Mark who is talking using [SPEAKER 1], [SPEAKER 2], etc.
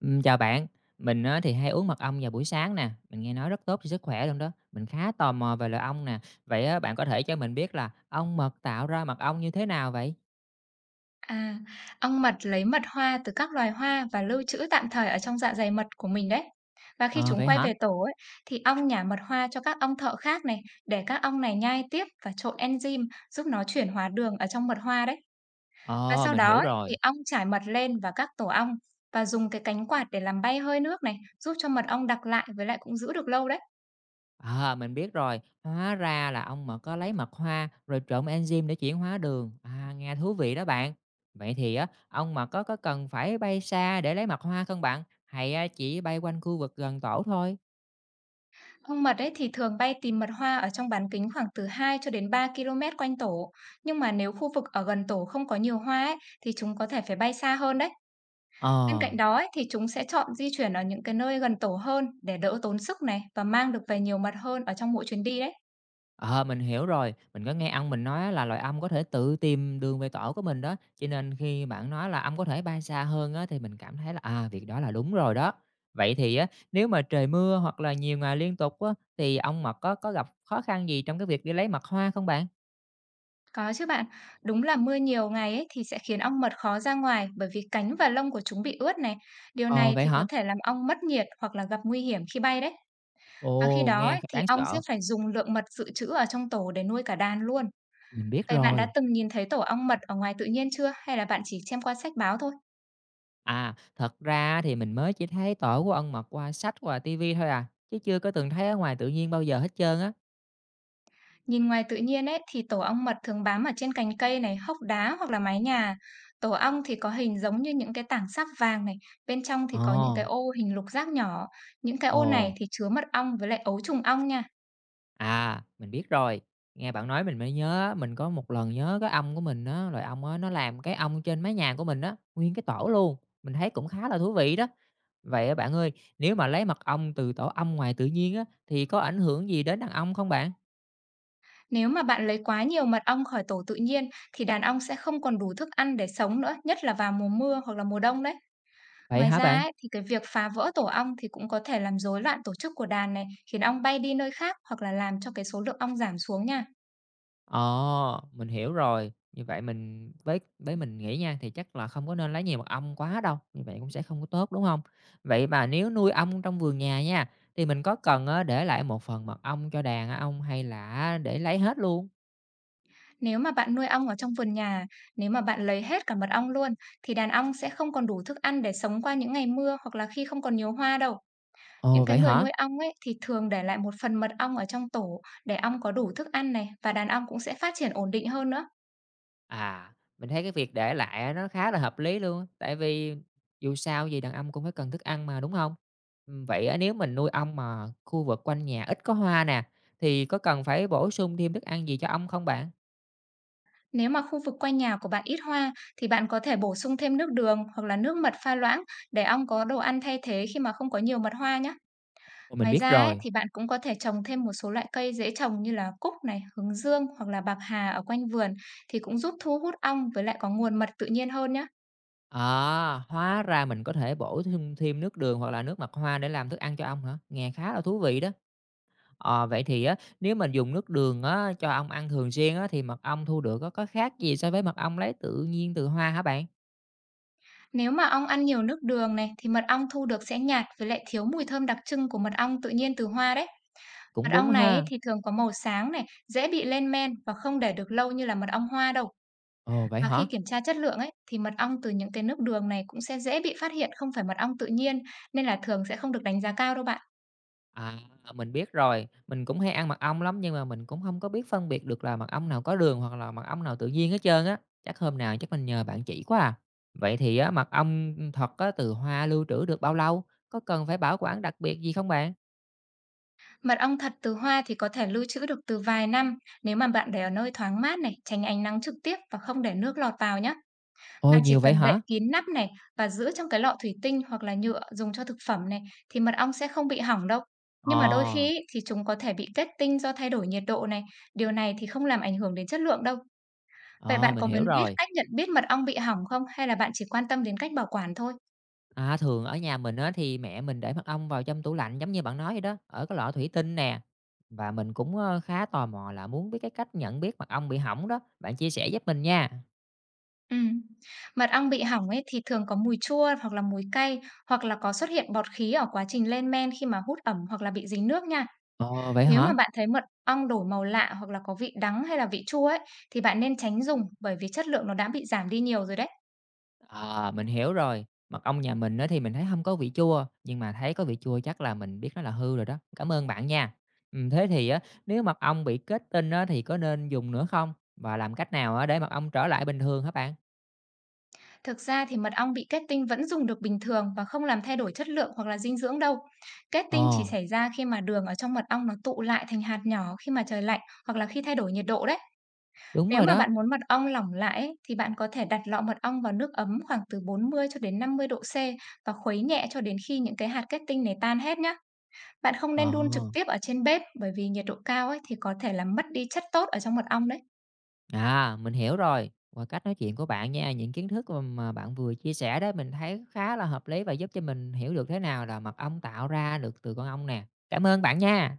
[SPEAKER 1] Chào bạn, mình á, thì hay uống mật ong vào buổi sáng nè, mình nghe nói rất tốt cho sức khỏe luôn đó. Mình khá tò mò về loại ong nè. Vậy á, bạn có thể cho mình biết là ong mật tạo ra mật ong như thế nào vậy?
[SPEAKER 2] À, ong mật lấy mật hoa từ các loài hoa và lưu trữ tạm thời ở trong dạ dày mật của mình đấy. Và khi
[SPEAKER 1] Ờ
[SPEAKER 2] chúng
[SPEAKER 1] vậy
[SPEAKER 2] quay
[SPEAKER 1] hả?
[SPEAKER 2] về tổ ấy, thì ong nhả mật hoa cho các ong thợ khác này để các ong này nhai tiếp và trộn enzyme giúp nó chuyển hóa đường ở trong mật hoa đấy. Và
[SPEAKER 1] Ờ
[SPEAKER 2] sau
[SPEAKER 1] mình
[SPEAKER 2] đó
[SPEAKER 1] hiểu
[SPEAKER 2] ấy, thì
[SPEAKER 1] rồi.
[SPEAKER 2] ong trải mật lên và các tổ ong và dùng cái cánh quạt để làm bay hơi nước này, giúp cho mật ong đặc lại với lại cũng giữ được lâu đấy.
[SPEAKER 1] À, mình biết rồi, hóa ra là ong mật có lấy mật hoa rồi trộn enzyme để chuyển hóa đường. À, nghe thú vị đó bạn. Vậy thì á, ong mật có cần phải bay xa để lấy mật hoa không bạn? Hay á, chỉ bay quanh khu vực gần tổ thôi?
[SPEAKER 2] Hong mật ấy thì thường bay tìm mật hoa ở trong bán kính khoảng từ 2 cho đến 3 km quanh tổ. Nhưng mà nếu khu vực ở gần tổ không có nhiều hoa ấy, thì chúng có thể phải bay xa hơn đấy.
[SPEAKER 1] Ờ.
[SPEAKER 2] Bên cạnh đó ấy, thì chúng sẽ chọn di chuyển ở những cái nơi gần tổ hơn để đỡ tốn sức này, và mang được về nhiều mật hơn ở trong mỗi chuyến đi đấy.
[SPEAKER 1] Ờ, mình hiểu rồi. Mình có nghe ông mình nói là loài ong có thể tự tìm đường về tổ của mình đó, cho nên khi bạn nói là ong có thể bay xa hơn á, thì mình cảm thấy là, à, việc đó là đúng rồi đó. Vậy thì á, nếu mà trời mưa hoặc là nhiều ngày liên tục á, thì ong mật có gặp khó khăn gì trong cái việc đi lấy mật hoa không bạn?
[SPEAKER 2] Có chứ bạn, đúng là mưa nhiều ngày ấy thì sẽ khiến ong mật khó ra ngoài, bởi vì cánh và lông của chúng bị ướt này. Điều
[SPEAKER 1] Ờ,
[SPEAKER 2] này
[SPEAKER 1] vậy
[SPEAKER 2] thì có
[SPEAKER 1] hả?
[SPEAKER 2] thể làm ong mất nhiệt hoặc là gặp nguy hiểm khi bay đấy. Và khi
[SPEAKER 1] Ồ,
[SPEAKER 2] đó
[SPEAKER 1] nghe
[SPEAKER 2] ấy,
[SPEAKER 1] khá
[SPEAKER 2] thì
[SPEAKER 1] đáng
[SPEAKER 2] ong sẽ
[SPEAKER 1] sợ.
[SPEAKER 2] phải dùng lượng mật dự trữ ở trong tổ để nuôi cả đàn luôn.
[SPEAKER 1] Mình biết
[SPEAKER 2] Vậy bạn đã
[SPEAKER 1] rồi.
[SPEAKER 2] từng nhìn thấy tổ ong mật ở ngoài tự nhiên chưa? Hay là bạn chỉ xem qua sách báo thôi?
[SPEAKER 1] À, thật ra thì mình mới chỉ thấy tổ của ong mật qua sách, qua tivi thôi à, chứ chưa có từng thấy ở ngoài tự nhiên bao giờ hết trơn á.
[SPEAKER 2] Nhìn ngoài tự nhiên ấy, thì tổ ong mật thường bám ở trên cành cây này, hốc đá hoặc là mái nhà. Tổ ong thì có hình giống như những cái tảng sáp vàng này, bên trong thì có những
[SPEAKER 1] Ồ,
[SPEAKER 2] cái ô hình lục giác nhỏ. Những cái ô
[SPEAKER 1] ồ.
[SPEAKER 2] này thì chứa mật ong với lại ấu trùng ong nha.
[SPEAKER 1] À, mình biết rồi. Nghe bạn nói mình mới nhớ, mình có một lần nhớ cái ong của mình á, rồi ong á nó làm cái ong trên mái nhà của mình á, nguyên cái tổ luôn. Mình thấy cũng khá là thú vị đó. Vậy á bạn ơi, nếu mà lấy mật ong từ tổ ong ngoài tự nhiên á thì có ảnh hưởng gì đến đàn ong không bạn?
[SPEAKER 2] Nếu mà bạn lấy quá nhiều mật ong khỏi tổ tự nhiên, thì đàn ong sẽ không còn đủ thức ăn để sống nữa, nhất là vào mùa mưa hoặc là mùa đông đấy.
[SPEAKER 1] Vậy
[SPEAKER 2] Ngoài
[SPEAKER 1] hả
[SPEAKER 2] ra
[SPEAKER 1] bạn?
[SPEAKER 2] ấy, thì cái việc phá vỡ tổ ong thì cũng có thể làm rối loạn tổ chức của đàn này, khiến ong bay đi nơi khác hoặc là làm cho cái số lượng ong giảm xuống nha.
[SPEAKER 1] Ờ, mình hiểu rồi. Như vậy mình với mình nghĩ nha, thì chắc là không có nên lấy nhiều mật ong quá đâu, như vậy cũng sẽ không có tốt, đúng không? Vậy mà nếu nuôi ong trong vườn nhà nha, thì mình có cần á để lại một phần mật ong cho đàn ong hay là để lấy hết luôn?
[SPEAKER 2] Nếu mà bạn nuôi ong ở trong vườn nhà, nếu mà bạn lấy hết cả mật ong luôn, thì đàn ong sẽ không còn đủ thức ăn để sống qua những ngày mưa hoặc là khi không còn nhiều hoa đâu. Những
[SPEAKER 1] Ồ,
[SPEAKER 2] cái
[SPEAKER 1] vậy
[SPEAKER 2] người
[SPEAKER 1] hả?
[SPEAKER 2] nuôi ong ấy thì thường để lại một phần mật ong ở trong tổ, để ong có đủ thức ăn này và đàn ong cũng sẽ phát triển ổn định hơn nữa.
[SPEAKER 1] À, mình thấy cái việc để lại á nó khá là hợp lý luôn tại vì dù sao gì đàn ong cũng phải cần thức ăn mà, đúng không? Vậy á nếu mình nuôi ong mà khu vực quanh nhà ít có hoa nè, thì có cần phải bổ sung thêm thức ăn gì cho ong không bạn?
[SPEAKER 2] Nếu mà khu vực quanh nhà của bạn ít hoa, thì bạn có thể bổ sung thêm nước đường hoặc là nước mật pha loãng để ong có đồ ăn thay thế khi mà không có nhiều mật hoa nhé.
[SPEAKER 1] Ồ, mình
[SPEAKER 2] Ngoài
[SPEAKER 1] biết
[SPEAKER 2] ra ấy,
[SPEAKER 1] rồi.
[SPEAKER 2] thì bạn cũng có thể trồng thêm một số loại cây dễ trồng như là cúc này, hướng dương hoặc là bạc hà ở quanh vườn, thì cũng giúp thu hút ong với lại có nguồn mật tự nhiên hơn nhé.
[SPEAKER 1] À, hóa ra mình có thể bổ thêm thêm nước đường hoặc là nước mặt hoa để làm thức ăn cho ong hả? Nghe khá là thú vị đó. Ờ, vậy thì á, nếu mình dùng nước đường á, cho ong ăn thường xuyên á, thì mật ong thu được á, có khác gì so với mật ong lấy tự nhiên từ hoa hả bạn?
[SPEAKER 2] Nếu mà ong ăn nhiều nước đường này, thì mật ong thu được sẽ nhạt với lại thiếu mùi thơm đặc trưng của mật ong tự nhiên từ hoa đấy.
[SPEAKER 1] Cũng
[SPEAKER 2] Mật
[SPEAKER 1] đúng
[SPEAKER 2] ong này ấy
[SPEAKER 1] ha.
[SPEAKER 2] thì thường có màu sáng này, dễ bị lên men và không để được lâu như là mật ong hoa đâu.
[SPEAKER 1] Ồ, vậy
[SPEAKER 2] Và khi
[SPEAKER 1] hả?
[SPEAKER 2] kiểm tra chất lượng ấy, thì mật ong từ những cái nước đường này cũng sẽ dễ bị phát hiện không phải mật ong tự nhiên, nên là thường sẽ không được đánh giá cao đâu bạn.
[SPEAKER 1] À, mình biết rồi, mình cũng hay ăn mật ong lắm nhưng mà mình cũng không có biết phân biệt được là mật ong nào có đường hoặc là mật ong nào tự nhiên hết trơn á. Chắc hôm nào chắc mình nhờ bạn chỉ quá à. Vậy thì á, mật ong, thật á, từ hoa lưu trữ được bao lâu? Có cần phải bảo quản đặc biệt gì không bạn?
[SPEAKER 2] Mật ong thật từ hoa thì có thể lưu trữ được từ vài năm, nếu mà bạn để ở nơi thoáng mát này, tránh ánh nắng trực tiếp và không để nước lọt vào nhé.
[SPEAKER 1] Ôi,
[SPEAKER 2] Bạn chỉ
[SPEAKER 1] nhiều vậy
[SPEAKER 2] cần đậy
[SPEAKER 1] hả?
[SPEAKER 2] kín nắp này và giữ trong cái lọ thủy tinh hoặc là nhựa dùng cho thực phẩm này, thì mật ong sẽ không bị hỏng đâu. Nhưng mà đôi
[SPEAKER 1] Ờ,
[SPEAKER 2] khi ý, thì chúng có thể bị kết tinh do thay đổi nhiệt độ này, điều này thì không làm ảnh hưởng đến chất lượng đâu. Vậy
[SPEAKER 1] ờ,
[SPEAKER 2] bạn
[SPEAKER 1] mình
[SPEAKER 2] có
[SPEAKER 1] hiểu
[SPEAKER 2] muốn biết
[SPEAKER 1] rồi.
[SPEAKER 2] cách nhận biết mật ong bị hỏng không? Hay là bạn chỉ quan tâm đến cách bảo quản thôi?
[SPEAKER 1] À, thường ở nhà mình á, thì mẹ mình để mật ong vào trong tủ lạnh giống như bạn nói vậy đó, ở cái lọ thủy tinh nè. Và mình cũng, ơ, khá tò mò là muốn biết cái cách nhận biết mật ong bị hỏng đó, bạn chia sẻ giúp mình nha.
[SPEAKER 2] Ừm. Mật ong bị hỏng ấy thì thường có mùi chua hoặc là mùi cay, hoặc là có xuất hiện bọt khí ở quá trình lên men khi mà hút ẩm hoặc là bị dính nước nha.
[SPEAKER 1] Ờ, vậy
[SPEAKER 2] Nếu mà
[SPEAKER 1] hả?
[SPEAKER 2] bạn thấy mật ong đổi màu lạ hoặc là có vị đắng hay là vị chua ấy, thì bạn nên tránh dùng bởi vì chất lượng nó đã bị giảm đi nhiều rồi đấy.
[SPEAKER 1] Ờ, mình hiểu rồi. Mật ong nhà mình á thì mình thấy không có vị chua, nhưng mà thấy có vị chua chắc là mình biết nó là hư rồi đó. Cảm ơn bạn nha. Thế thì á, nếu mật ong bị kết tinh á thì có nên dùng nữa không? Và làm cách nào á để mật ong trở lại bình thường hả bạn?
[SPEAKER 2] Thực ra thì mật ong bị kết tinh vẫn dùng được bình thường và không làm thay đổi chất lượng hoặc là dinh dưỡng đâu. Kết tinh chỉ
[SPEAKER 1] Ờ,
[SPEAKER 2] xảy ra khi mà đường ở trong mật ong nó tụ lại thành hạt nhỏ khi mà trời lạnh, hoặc là khi thay đổi nhiệt độ đấy.
[SPEAKER 1] đúng
[SPEAKER 2] Nếu
[SPEAKER 1] rồi
[SPEAKER 2] mà
[SPEAKER 1] đó.
[SPEAKER 2] bạn muốn mật ong lỏng lại ấy, thì bạn có thể đặt lọ mật ong vào nước ấm khoảng từ 40 cho đến 50 độ C và khuấy nhẹ cho đến khi những cái hạt kết tinh này tan hết nhé. Bạn không
[SPEAKER 1] Ờ,
[SPEAKER 2] nên đun trực tiếp ở trên bếp, bởi vì nhiệt độ cao ấy thì có thể làm mất đi chất tốt ở trong mật ong đấy.
[SPEAKER 1] à, mình hiểu rồi. Qua cách nói chuyện của bạn nha, những kiến thức mà bạn vừa chia sẻ đó, mình thấy khá là hợp lý và giúp cho mình hiểu được thế nào là mật ong tạo ra được từ con ong nè. Cảm ơn bạn nha.